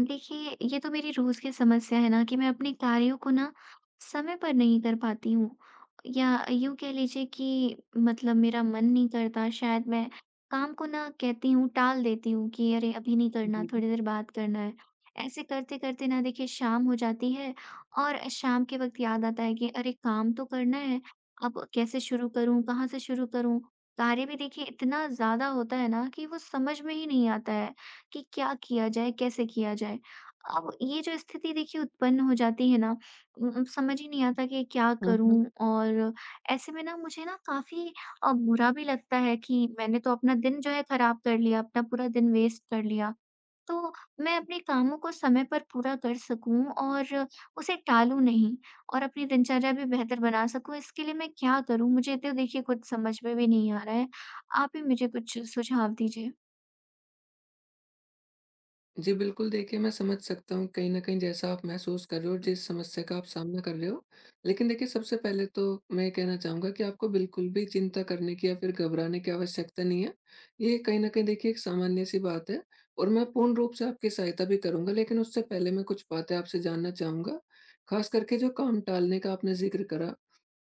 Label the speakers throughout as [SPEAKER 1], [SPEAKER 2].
[SPEAKER 1] देखिए, ये तो मेरी रोज़ की समस्या है ना कि मैं अपने कार्यों को ना समय पर नहीं कर पाती हूँ। या यूँ कह लीजिए कि मतलब मेरा मन नहीं करता, शायद मैं काम को ना कहती हूँ, टाल देती हूँ कि अरे अभी नहीं करना, थोड़ी
[SPEAKER 2] जी।
[SPEAKER 1] देर बाद करना है। ऐसे करते-करते ना देखिए शाम हो जाती है, और शाम के वक़्त याद आता है कि अरे काम तो करना है, अब कैसे शुरू करूँ, कहाँ से शुरू करूँ? कार्य भी देखिए इतना ज़्यादा होता है ना कि वो समझ में ही नहीं आता है कि क्या किया जाए, कैसे किया जाए? अब ये जो स्थिति देखिए उत्पन्न हो जाती है ना, समझ ही नहीं आता कि क्या
[SPEAKER 2] हुँ, हुँ।
[SPEAKER 1] करूँ? और ऐसे में ना मुझे ना काफ़ी बुरा भी लगता है कि मैंने तो अपना दिन जो है खराब कर लिया, अपना पूरा दिन वेस्ट कर लिया। तो मैं अपने कामों को समय पर पूरा कर सकूँ और उसे टालूँ नहीं और अपनी दिनचर्या भी बेहतर बना सकूँ, इसके लिए मैं क्या करूँ? मुझे तो देखिए कुछ समझ में भी नहीं आ रहा है। आप ही मुझे कुछ सुझाव दीजिए।
[SPEAKER 2] जी, बिल्कुल देखिए, मैं समझ सकता हूँ कहीं न कहीं जैसा आप महसूस कर रहे हो और जिस समस्या का आप सामना कर रहे हो। लेकिन देखिए, सबसे पहले तो मैं ये कहना चाहूँगा कि आपको बिल्कुल भी चिंता करने की या फिर घबराने की आवश्यकता नहीं है। ये कहीं न कहीं देखिए एक सामान्य-सी बात है और मैं पूर्ण रूप से आपकी सहायता भी करूँगा, लेकिन उससे पहले मैं कुछ बातें आपसे जानना चाहूँगा। ख़ास करके जो काम टालने का आपने ज़िक्र करा,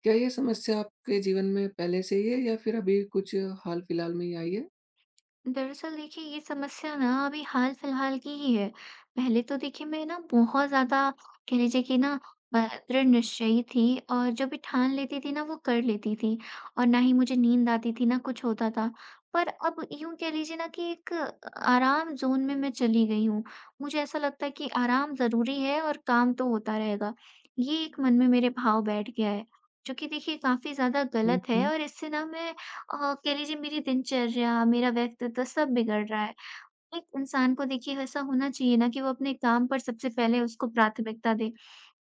[SPEAKER 2] क्या ये समस्या आपके जीवन में पहले से ही है या फिर अभी कुछ हाल-फिलहाल में ही आई है?
[SPEAKER 1] दरअसल देखिए ये समस्या ना अभी हाल फिलहाल की ही है। पहले तो देखिए मैं ना बहुत ज्यादा कह लीजिए कि ना अ, दृढ़ निश्चयी थी, और जो भी ठान लेती थी ना वो कर लेती थी, और ना ही मुझे नींद आती थी ना कुछ होता था। पर अब यूं कह लीजिए ना कि एक आराम जोन में मैं चली गई हूँ। मुझे ऐसा लगता है कि आराम जरूरी है और काम तो होता रहेगा, ये एक मन में मेरे भाव बैठ गया है जो कि देखिए काफी ज्यादा
[SPEAKER 2] हुँ,
[SPEAKER 1] गलत है।
[SPEAKER 2] हुँ।
[SPEAKER 1] और इससे ना मैं अ, कह लीजिए मेरी दिनचर्या, मेरा व्यक्तित्व सब बिगड़ रहा है। एक इंसान को देखिए ऐसा होना चाहिए ना कि वो अपने काम पर, सबसे पहले उसको प्राथमिकता दे,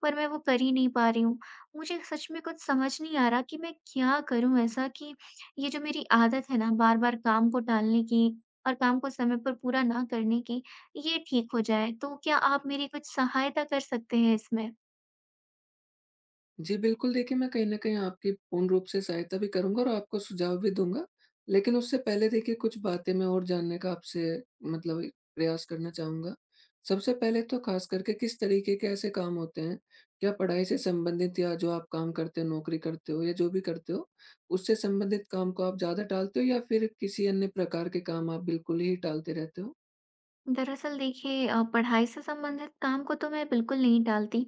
[SPEAKER 1] पर मैं वो कर ही नहीं पा रही हूँ। मुझे सच में कुछ समझ नहीं आ रहा कि मैं क्या करूँ ऐसा कि ये जो मेरी आदत है ना बार-बार काम को टालने की और काम को समय पर पूरा ना करने की, ये ठीक हो जाए। तो क्या आप मेरी कुछ सहायता कर सकते हैं इसमें?
[SPEAKER 2] जी, बिल्कुल देखिए, मैं कहीं न कहीं आपकी पूर्ण रूप से सहायता भी करूँगा और आपको सुझाव भी दूँगा। लेकिन उससे पहले देखिए, कुछ बातें मैं और जानने का आपसे मतलब प्रयास करना चाहूँगा। सबसे पहले तो ख़ास करके किस तरीके के ऐसे काम होते हैं, क्या पढ़ाई से संबंधित या जो आप काम करते हो, नौकरी करते हो या जो भी करते हो, उससे संबंधित काम को आप ज़्यादा टालते हो या फिर किसी अन्य प्रकार के काम आप बिल्कुल ही टालते रहते हो?
[SPEAKER 1] दरअसल देखिए पढ़ाई से संबंधित काम को तो मैं बिल्कुल नहीं टालती,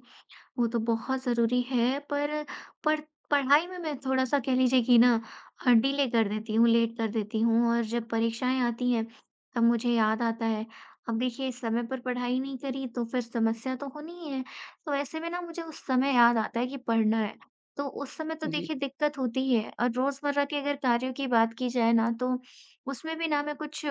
[SPEAKER 1] वो तो बहुत ज़रूरी है। पर पढ़ पढ़ाई में मैं थोड़ा-सा कह लीजिए कि ना डिले कर देती हूँ, लेट कर देती हूँ, और जब परीक्षाएँ आती हैं तब मुझे याद आता है। अब देखिए समय पर पढ़ाई नहीं करी तो फिर समस्या तो होनी ही है। तो ऐसे में ना मुझे उस समय याद आता है कि पढ़ना है। तो उस समय तो देखिए दिक्कत होती ही है। और रोज़मर्रा के अगर कार्यों की बात की जाए ना तो उसमें भी ना मैं कुछ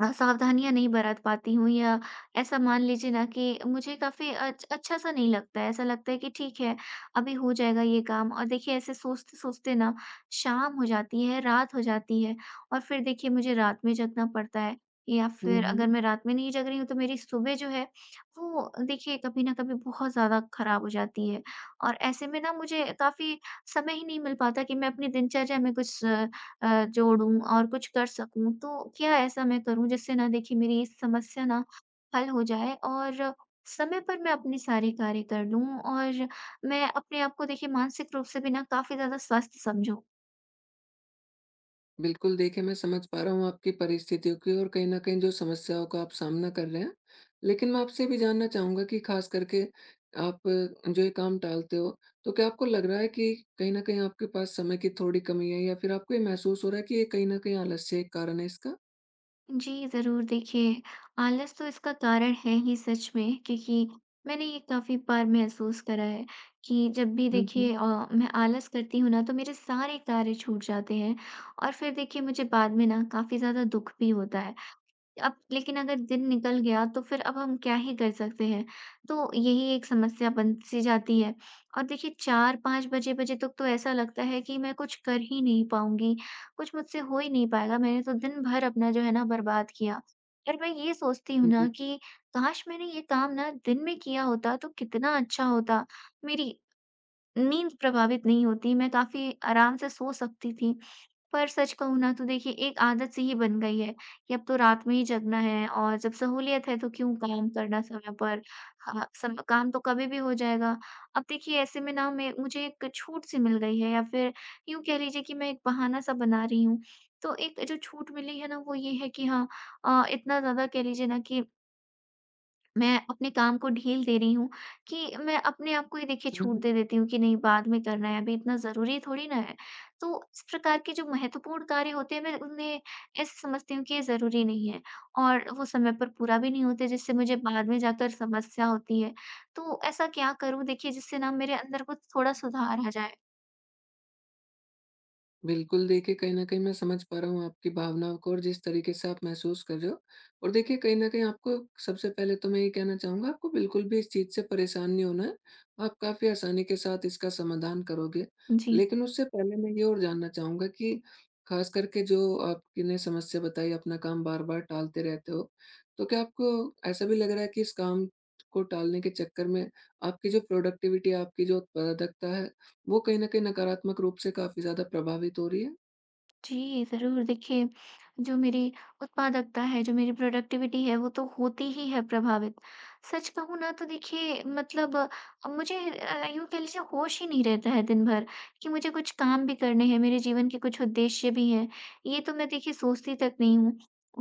[SPEAKER 1] सावधानियाँ नहीं बरत पाती हूँ। या ऐसा मान लीजिए ना कि मुझे काफ़ी अच्छा-सा नहीं लगता है। ऐसा लगता है कि ठीक है, अभी हो जाएगा ये काम, और देखिए ऐसे सोचते-सोचते ना शाम हो जाती है, रात हो जाती है, और फिर देखिए मुझे रात में जगना पड़ता है। या फिर अगर
[SPEAKER 2] जी।
[SPEAKER 1] मैं रात में नहीं जग रही हूँ तो मेरी सुबह जो है वो देखिए कभी न कभी बहुत ज़्यादा ख़राब हो जाती है। और ऐसे में ना मुझे काफ़ी समय ही नहीं मिल पाता कि मैं अपनी दिनचर्या में कुछ जोड़ूँ और कुछ कर सकूँ। तो क्या ऐसा मैं करूँ जिससे ना देखिए मेरी इस समस्या ना हल हो जाए, और समय पर मैं अपने सारे कार्य कर लूँ, और मैं अपने आप को देखिए मानसिक रूप से भी ना काफ़ी ज़्यादा स्वस्थ समझूँ।
[SPEAKER 2] बिल्कुल, देखिए मैं समझ पा रहा हूँ आपकी परिस्थितियों की और कहीं न कहीं जो समस्याओं का आप सामना कर रहे हैं। लेकिन मैं आपसे भी जानना चाहूँगा कि ख़ास करके आप जो ये काम टालते हो, तो क्या आपको लग रहा है कि कहीं न कहीं आपके पास समय की थोड़ी कमी है या फिर आपको ये महसूस हो रहा है कि ये कहीं न कहीं आलस्य एक कारण है इसका?
[SPEAKER 1] जी, ज़रूर। देखिए, आलस तो इसका कारण है ही सच में, क्योंकि मैंने ये काफ़ी बार महसूस करा है कि जब भी
[SPEAKER 2] हुँ, हुँ।
[SPEAKER 1] देखिए मैं आलस करती हूँ ना, तो मेरे सारे कार्य छूट जाते हैं, और फिर देखिए मुझे बाद में ना काफ़ी ज़्यादा दुःख भी होता है। अब लेकिन अगर दिन निकल गया तो फिर अब हम क्या ही कर सकते हैं। तो यही एक समस्या बन-सी जाती है। और देखिए 4-5 बजे बजे तक तो ऐसा लगता है कि मैं कुछ कर ही नहीं पाऊँगी, कुछ मुझसे हो ही नहीं पाएगा, मैंने तो दिन भर अपना जो है ना बर्बाद किया। और मैं ये सोचती हूँ ना
[SPEAKER 2] जी।
[SPEAKER 1] कि काश मैंने ये काम ना दिन में किया होता तो कितना अच्छा होता। मेरी नींद प्रभावित नहीं होती, मैं काफ़ी आराम से सो सकती थी। पर सच कहूँ ना तो देखिए एक आदत सी ही बन गई है कि अब तो रात में ही जगना है, और जब सहूलियत है तो क्यों काम करना समय पर। हाँ, सम काम तो कभी भी हो जाएगा। अब देखिए ऐसे में ना मैं मुझे एक छूट सी मिल गई है, या फिर यूँ कह लीजिए कि मैं एक बहाना सा बना रही हूँ। तो एक जो छूट मिली है ना वो ये है कि हाँ, इतना ज़्यादा कह लीजिए ना कि मैं अपने काम को ढील दे रही हूँ, कि मैं अपने आप को ही देखिए
[SPEAKER 2] हुँ,
[SPEAKER 1] छूट दे
[SPEAKER 2] हुँ।
[SPEAKER 1] देती हूँ कि नहीं, बाद में करना है, अभी इतना ज़रूरी थोड़ी ना है। तो इस प्रकार के जो महत्वपूर्ण कार्य होते हैं मैं उन्हें ऐसे समझती हूँ कि ये ज़रूरी नहीं है, और वो समय पर पूरा भी नहीं होते, जिससे मुझे बाद में जाकर समस्या होती है। तो ऐसा क्या करूँ देखिए जिससे ना मेरे अंदर कुछ थोड़ा सुधार आ जाए?
[SPEAKER 2] बिल्कुल, देखिए कहीं न कहीं मैं समझ पा रहा हूँ आपकी भावनाओं को और जिस तरीके से आप महसूस कर रहे हो, और देखिए कहीं न कहीं आपको सबसे पहले तो मैं ये कहना चाहूँगा, आपको बिल्कुल भी इस चीज़ से परेशान नहीं होना है। आप काफ़ी आसानी के साथ इसका समाधान करोगे।
[SPEAKER 1] जी।
[SPEAKER 2] लेकिन उससे पहले मैं ये और जानना चाहूँगा कि ख़ास करके जो आपने समस्या बताई अपना काम बार-बार टालते रहते हो, तो क्या आपको ऐसा भी लग रहा है कि इस काम को टालने के चक्कर में आपकी जो प्रोडक्टिविटी, आपकी जो उत्पादकता है, वो कहीं न कहीं नकारात्मक रूप से काफ़ी ज़्यादा प्रभावित हो रही है।
[SPEAKER 1] जी, ज़रूर। देखिए, जो मेरी उत्पादकता है, जो मेरी प्रोडक्टिविटी है, वो तो होती ही है प्रभावित। सच कहूँ ना तो देखिए मतलब मुझे यूँ कह लीजिए होश ही नहीं रहता है दिन भर कि मुझे कुछ काम भी करने हैं, मेरे जीवन के कुछ उद्देश्य भी हैं। ये तो मैं देखिए सोचती तक नहीं हूँ,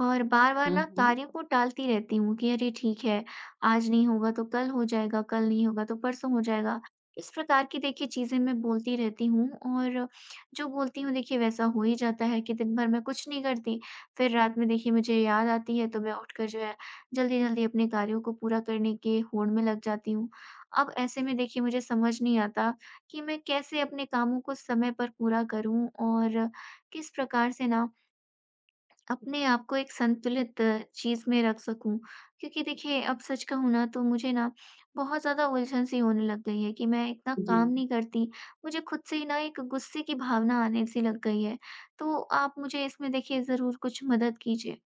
[SPEAKER 1] और बार-बार
[SPEAKER 2] हुँ,
[SPEAKER 1] ना
[SPEAKER 2] हुँ।
[SPEAKER 1] कार्यों को टालती रहती हूँ कि अरे ठीक है, आज नहीं होगा तो कल हो जाएगा, कल नहीं होगा तो परसों हो जाएगा। इस प्रकार की देखिए चीज़ें मैं बोलती रहती हूँ, और जो बोलती हूँ देखिए वैसा हो ही जाता है कि दिन भर मैं कुछ नहीं करती, फिर रात में देखिए मुझे याद आती है तो मैं उठकर जो है जल्दी-जल्दी अपने कार्यों को पूरा करने के होड़ में लग जाती हूँ। अब ऐसे में देखिए मुझे समझ नहीं आता कि मैं कैसे अपने कामों को समय पर पूरा करूँ, और किस प्रकार से ना अपने आप को एक संतुलित चीज़ में रख सकूँ। क्योंकि देखिए अब सच कहूँ ना तो मुझे ना बहुत ज़्यादा उलझन सी होने लग गई है कि मैं इतना
[SPEAKER 2] जी।
[SPEAKER 1] काम
[SPEAKER 2] हुँ।
[SPEAKER 1] नहीं करती। मुझे खुद से ही ना एक गुस्से की भावना आने सी लग गई है। तो आप मुझे इसमें देखिए ज़रूर कुछ मदद कीजिए।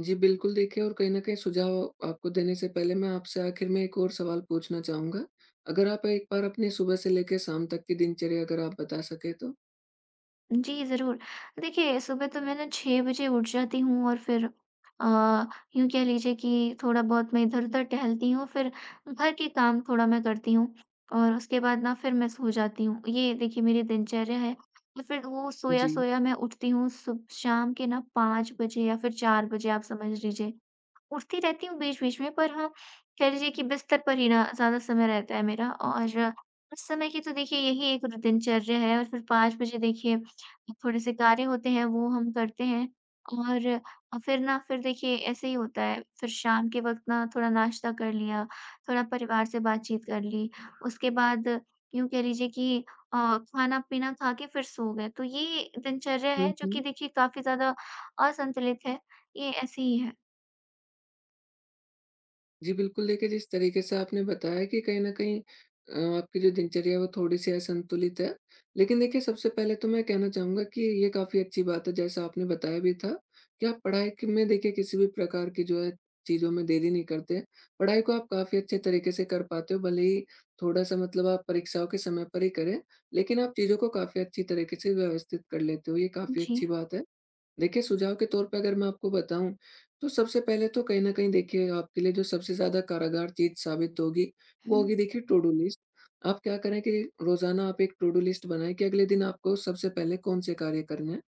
[SPEAKER 2] जी, बिल्कुल देखिए, और कहीं न कहीं सुझाव आपको देने से पहले मैं आपसे आखिर में एक और सवाल पूछना चाहूँगा। अगर आप एक बार अपनी सुबह से लेके शाम तक की दिनचर्या अगर आप बता सकें तो?
[SPEAKER 1] जी, ज़रूर। देखिए, सुबह तो मैं ना 6 बजे उठ जाती हूँ, और फिर अ, यूँ कह लीजिए कि थोड़ा-बहुत मैं इधर-उधर टहलती हूँ, फिर घर के काम थोड़ा मैं करती हूँ, और उसके बाद ना फिर मैं सो जाती हूँ। ये देखिए मेरी दिनचर्या है। और फिर वो
[SPEAKER 2] जी।
[SPEAKER 1] सोया-सोया मैं उठती हूँ सुब शाम के ना 5 बजे या फिर 4 बजे, आप समझ लीजिए। उठती रहती हूँ बीच-बीच में, पर हाँ, कह लीजिए कि बिस्तर पर ही ना ज़्यादा समय रहता है मेरा। और उस समय की तो देखिए यही एक दिनचर्या है। और फिर 5 बजे देखिए थोड़े-से कार्य होते हैं, वो हम करते हैं, और फिर देखिए ऐसे ही होता है। फिर शाम के वक़्त ना थोड़ा नाश्ता कर लिया, थोड़ा परिवार से बातचीत कर ली, उसके बाद यूँ कह लीजिए कि खाना-पीना खा के फिर सो गए। तो ये दिनचर्या है
[SPEAKER 2] हुँ,
[SPEAKER 1] जो कि
[SPEAKER 2] हुँ।
[SPEAKER 1] देखिए काफ़ी ज़्यादा असंतुलित है, ये ऐसे ही है।
[SPEAKER 2] जी, बिल्कुल देखिए, जिस तरीके से आपने बताया कि कहीं न कहीं आपकी जो दिनचर्या है वो थोड़ी-सी असंतुलित है। लेकिन देखिए, सबसे पहले तो मैं कहना चाहूँगा कि ये काफ़ी अच्छी बात है, जैसा आपने बताया भी था कि आप पढ़ाई क में देखिए किसी भी प्रकार की जो है चीज़ों में देरी नहीं करते। पढ़ाई को आप काफ़ी अच्छे तरीके से कर पाते हो, भले ही थोड़ा-सा मतलब आप परीक्षाओं के समय पर ही करें, लेकिन आप चीज़ों को काफ़ी अच्छी तरीके से व्यवस्थित कर लेते हो, ये काफ़ी
[SPEAKER 1] जी।
[SPEAKER 2] अच्छी बात है। देखिए, सुझाव के तौर पे अगर मैं आपको बताऊँ, तो सबसे पहले तो कहीं न कहीं देखिए आपके लिए जो सबसे ज़्यादा कारागार चीज़ साबित होगी, वो
[SPEAKER 1] हुँ,
[SPEAKER 2] होगी देखिए टू डू लिस्ट। आप क्या करें कि रोज़ाना आप एक टू डू लिस्ट बनाएँ कि अगले दिन आपको सबसे पहले कौन-से कार्य करने हैं।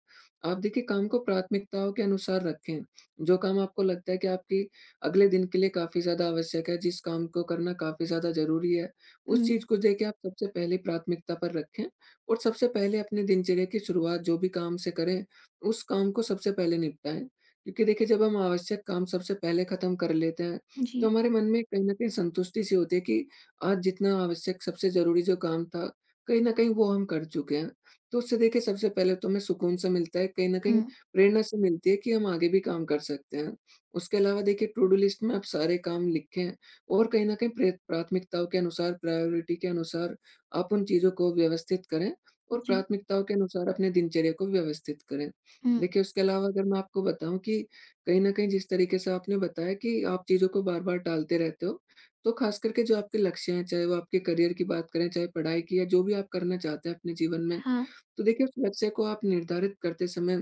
[SPEAKER 2] आप देखिए काम को प्राथमिकताओं के अनुसार रखें, जो काम आपको लगता है कि आपकी अगले दिन के लिए काफ़ी ज़्यादा आवश्यक है, जिस काम को करना काफ़ी ज़्यादा ज़रूरी है, उस
[SPEAKER 1] हुँ,
[SPEAKER 2] चीज़ को देखिए आप सबसे पहले प्राथमिकता पर रखें, और सबसे पहले अपने दिनचर्या की शुरुआत जो भी काम से करें, उस काम को सबसे पहले निपटाएँ। क्योंकि देखिए जब हम आवश्यक काम सबसे पहले ख़त्म कर लेते हैं, तो
[SPEAKER 1] जी,
[SPEAKER 2] हमारे मन में कहीं न कहीं संतुष्टि सी होती है कि आज जितना आवश्यक सबसे ज़रूरी जो काम था, कहीं न कहीं वो हम कर चुके हैं। तो उससे देखिए सबसे पहले तो हमें सुकून सा मिलता है, कहीं न
[SPEAKER 1] हुँ,
[SPEAKER 2] कहीं प्रेरणा सी मिलती है कि हम आगे भी काम कर सकते हैं। उसके अलावा देखिए टू डू लिस्ट में आप सारे काम लिखें, और कहीं न कहीं प्रे प्राथमिकताओं के अनुसार, प्रायोरिटी के अनुसार आप उन चीज़ों को व्यवस्थित करें और
[SPEAKER 1] जी,
[SPEAKER 2] प्राथमिकताओं के अनुसार अपने दिनचर्या को व्यवस्थित करें।
[SPEAKER 1] हुँ,
[SPEAKER 2] देखिए, उसके अलावा अगर मैं आपको बताऊँ कि कहीं न कहीं जिस तरीके से आपने बताया कि आप चीज़ों को बार-बार टालते रहते हो, तो ख़ास करके जो आपके लक्ष्य हैं, चाहे वो आपके करियर की बात करें, चाहे पढ़ाई की या जो भी आप करना चाहते हैं अपने जीवन में,
[SPEAKER 1] हाँ,
[SPEAKER 2] तो देखिए, उस लक्ष्य को आप निर्धारित करते समय,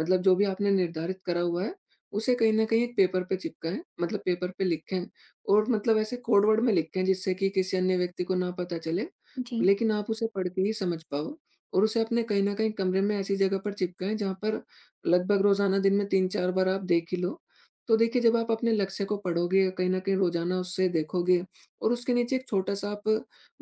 [SPEAKER 2] मतलब जो भी आपने निर्धारित करा हुआ है, उसे कहीं न कहीं एक पेपर पे चिपकाएँ, मतलब पेपर पे लिखें, और मतलब ऐसे कोड वर्ड में लिखें जिससे कि किसी अन्य व्यक्ति को ना पता चले,
[SPEAKER 1] जी,
[SPEAKER 2] लेकिन आप उसे पढ़ के ही समझ पाओ, और उसे अपने कहीं न कहीं कमरे में ऐसी जगह पर चिपकाएँ जहाँ पर लगभग रोज़ाना दिन में 3-4 बार आप देख ही लो। तो देखिए, जब आप अपने लक्ष्य को पढ़ोगे, कहीं न कहीं रोज़ाना उससे देखोगे, और उसके नीचे एक छोटा-सा आप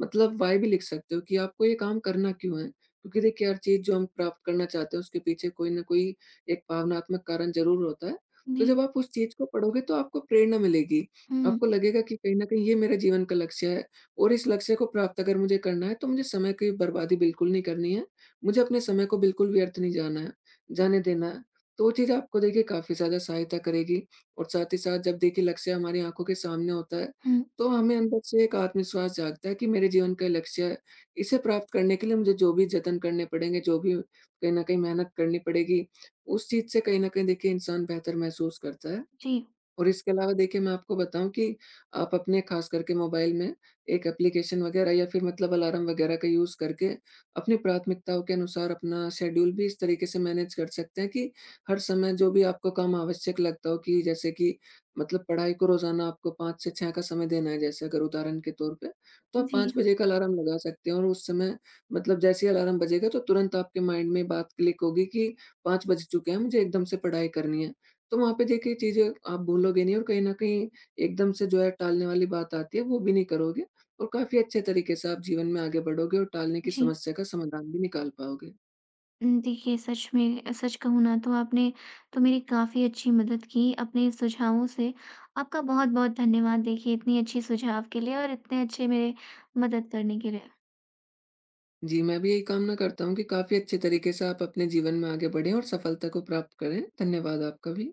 [SPEAKER 2] मतलब व्हाय भी लिख सकते हो कि आपको ये काम करना क्यों है? क्योंकि देखिए हर चीज़ जो हम प्राप्त करना चाहते हैं, उसके पीछे कोई न कोई एक भावनात्मक कारण ज़रूर होता है। तो
[SPEAKER 1] जी,
[SPEAKER 2] जब आप उस चीज़ को पढ़ोगे, तो आपको प्रेरणा मिलेगी।
[SPEAKER 1] हुँ,
[SPEAKER 2] आपको लगेगा कि कहीं न कहीं ये मेरा जीवन का लक्ष्य है, और इस लक्ष्य को प्राप्त अगर मुझे करना है, तो मुझे समय की बर्बादी बिल्कुल नहीं करनी है। मुझे अपने समय को बिल्कुल व्यर्थ नहीं जाना है। जाने देना है। तो वो चीज़ आपको देखिए काफ़ी ज़्यादा सहायता करेगी, और साथ ही साथ जब देखिए लक्ष्य हमारी आँखों के सामने होता है,
[SPEAKER 1] हुँ,
[SPEAKER 2] तो हमें अंदर से एक आत्मविश्वास जागता है कि मेरे जीवन का लक्ष्य है, इसे प्राप्त करने के लिए मुझे जो भी जतन करने पड़ेंगे, जो भी कहीं न कहीं मेहनत करनी पड़ेगी, उस चीज़ से कहीं न कहीं देखिए इंसान बेहतर महसूस करता है।
[SPEAKER 1] जी,
[SPEAKER 2] और इसके अलावा देखिए मैं आपको बताऊँ कि आप अपने ख़ास करके मोबाइल में एक एप्लीकेशन वग़ैरह या फिर मतलब अलार्म वग़ैरह का यूज़ करके अपनी प्राथमिकताओं के अनुसार अपना शेड्यूल भी इस तरीके से मैनेज कर सकते हैं कि हर समय जो भी आपको काम आवश्यक लगता हो, कि जैसे कि मतलब पढ़ाई को रोज़ाना आपको 5 से 6 का समय देना है जैसे, अगर उदाहरण के तौर पे, तो आप 5
[SPEAKER 1] जी,
[SPEAKER 2] बजे का अलार्म लगा सकते हैं, और उस समय मतलब जैसे ही अलार्म बजेगा, तो तुरंत आपके माइंड में बात क्लिक होगी कि 5 बज चुके हैं, मुझे एकदम से पढ़ाई करनी है। तो वहाँ पे देखिए चीज़ें आप भूलोगे नहीं, और कहीं न कहीं एकदम से जो है टालने वाली बात आती है वो भी नहीं करोगे, और काफ़ी अच्छे तरीके से आप जीवन में आगे बढ़ोगे और टालने की
[SPEAKER 1] जी।
[SPEAKER 2] समस्या का समाधान भी निकाल पाओगे।
[SPEAKER 1] देखिए, सच में सच कहूँ ना तो आपने तो मेरी काफ़ी अच्छी मदद की अपने सुझावों से। आपका बहुत-बहुत धन्यवाद, देखिए, इतनी अच्छी सुझाव के लिए और इतने अच्छे मेरे मदद करने के लिए।
[SPEAKER 2] जी, मैं भी यही कामना करता हूँ कि काफ़ी अच्छे तरीके से आप अपने जीवन में आगे बढ़ें और सफलता को प्राप्त करें। धन्यवाद आपका भी।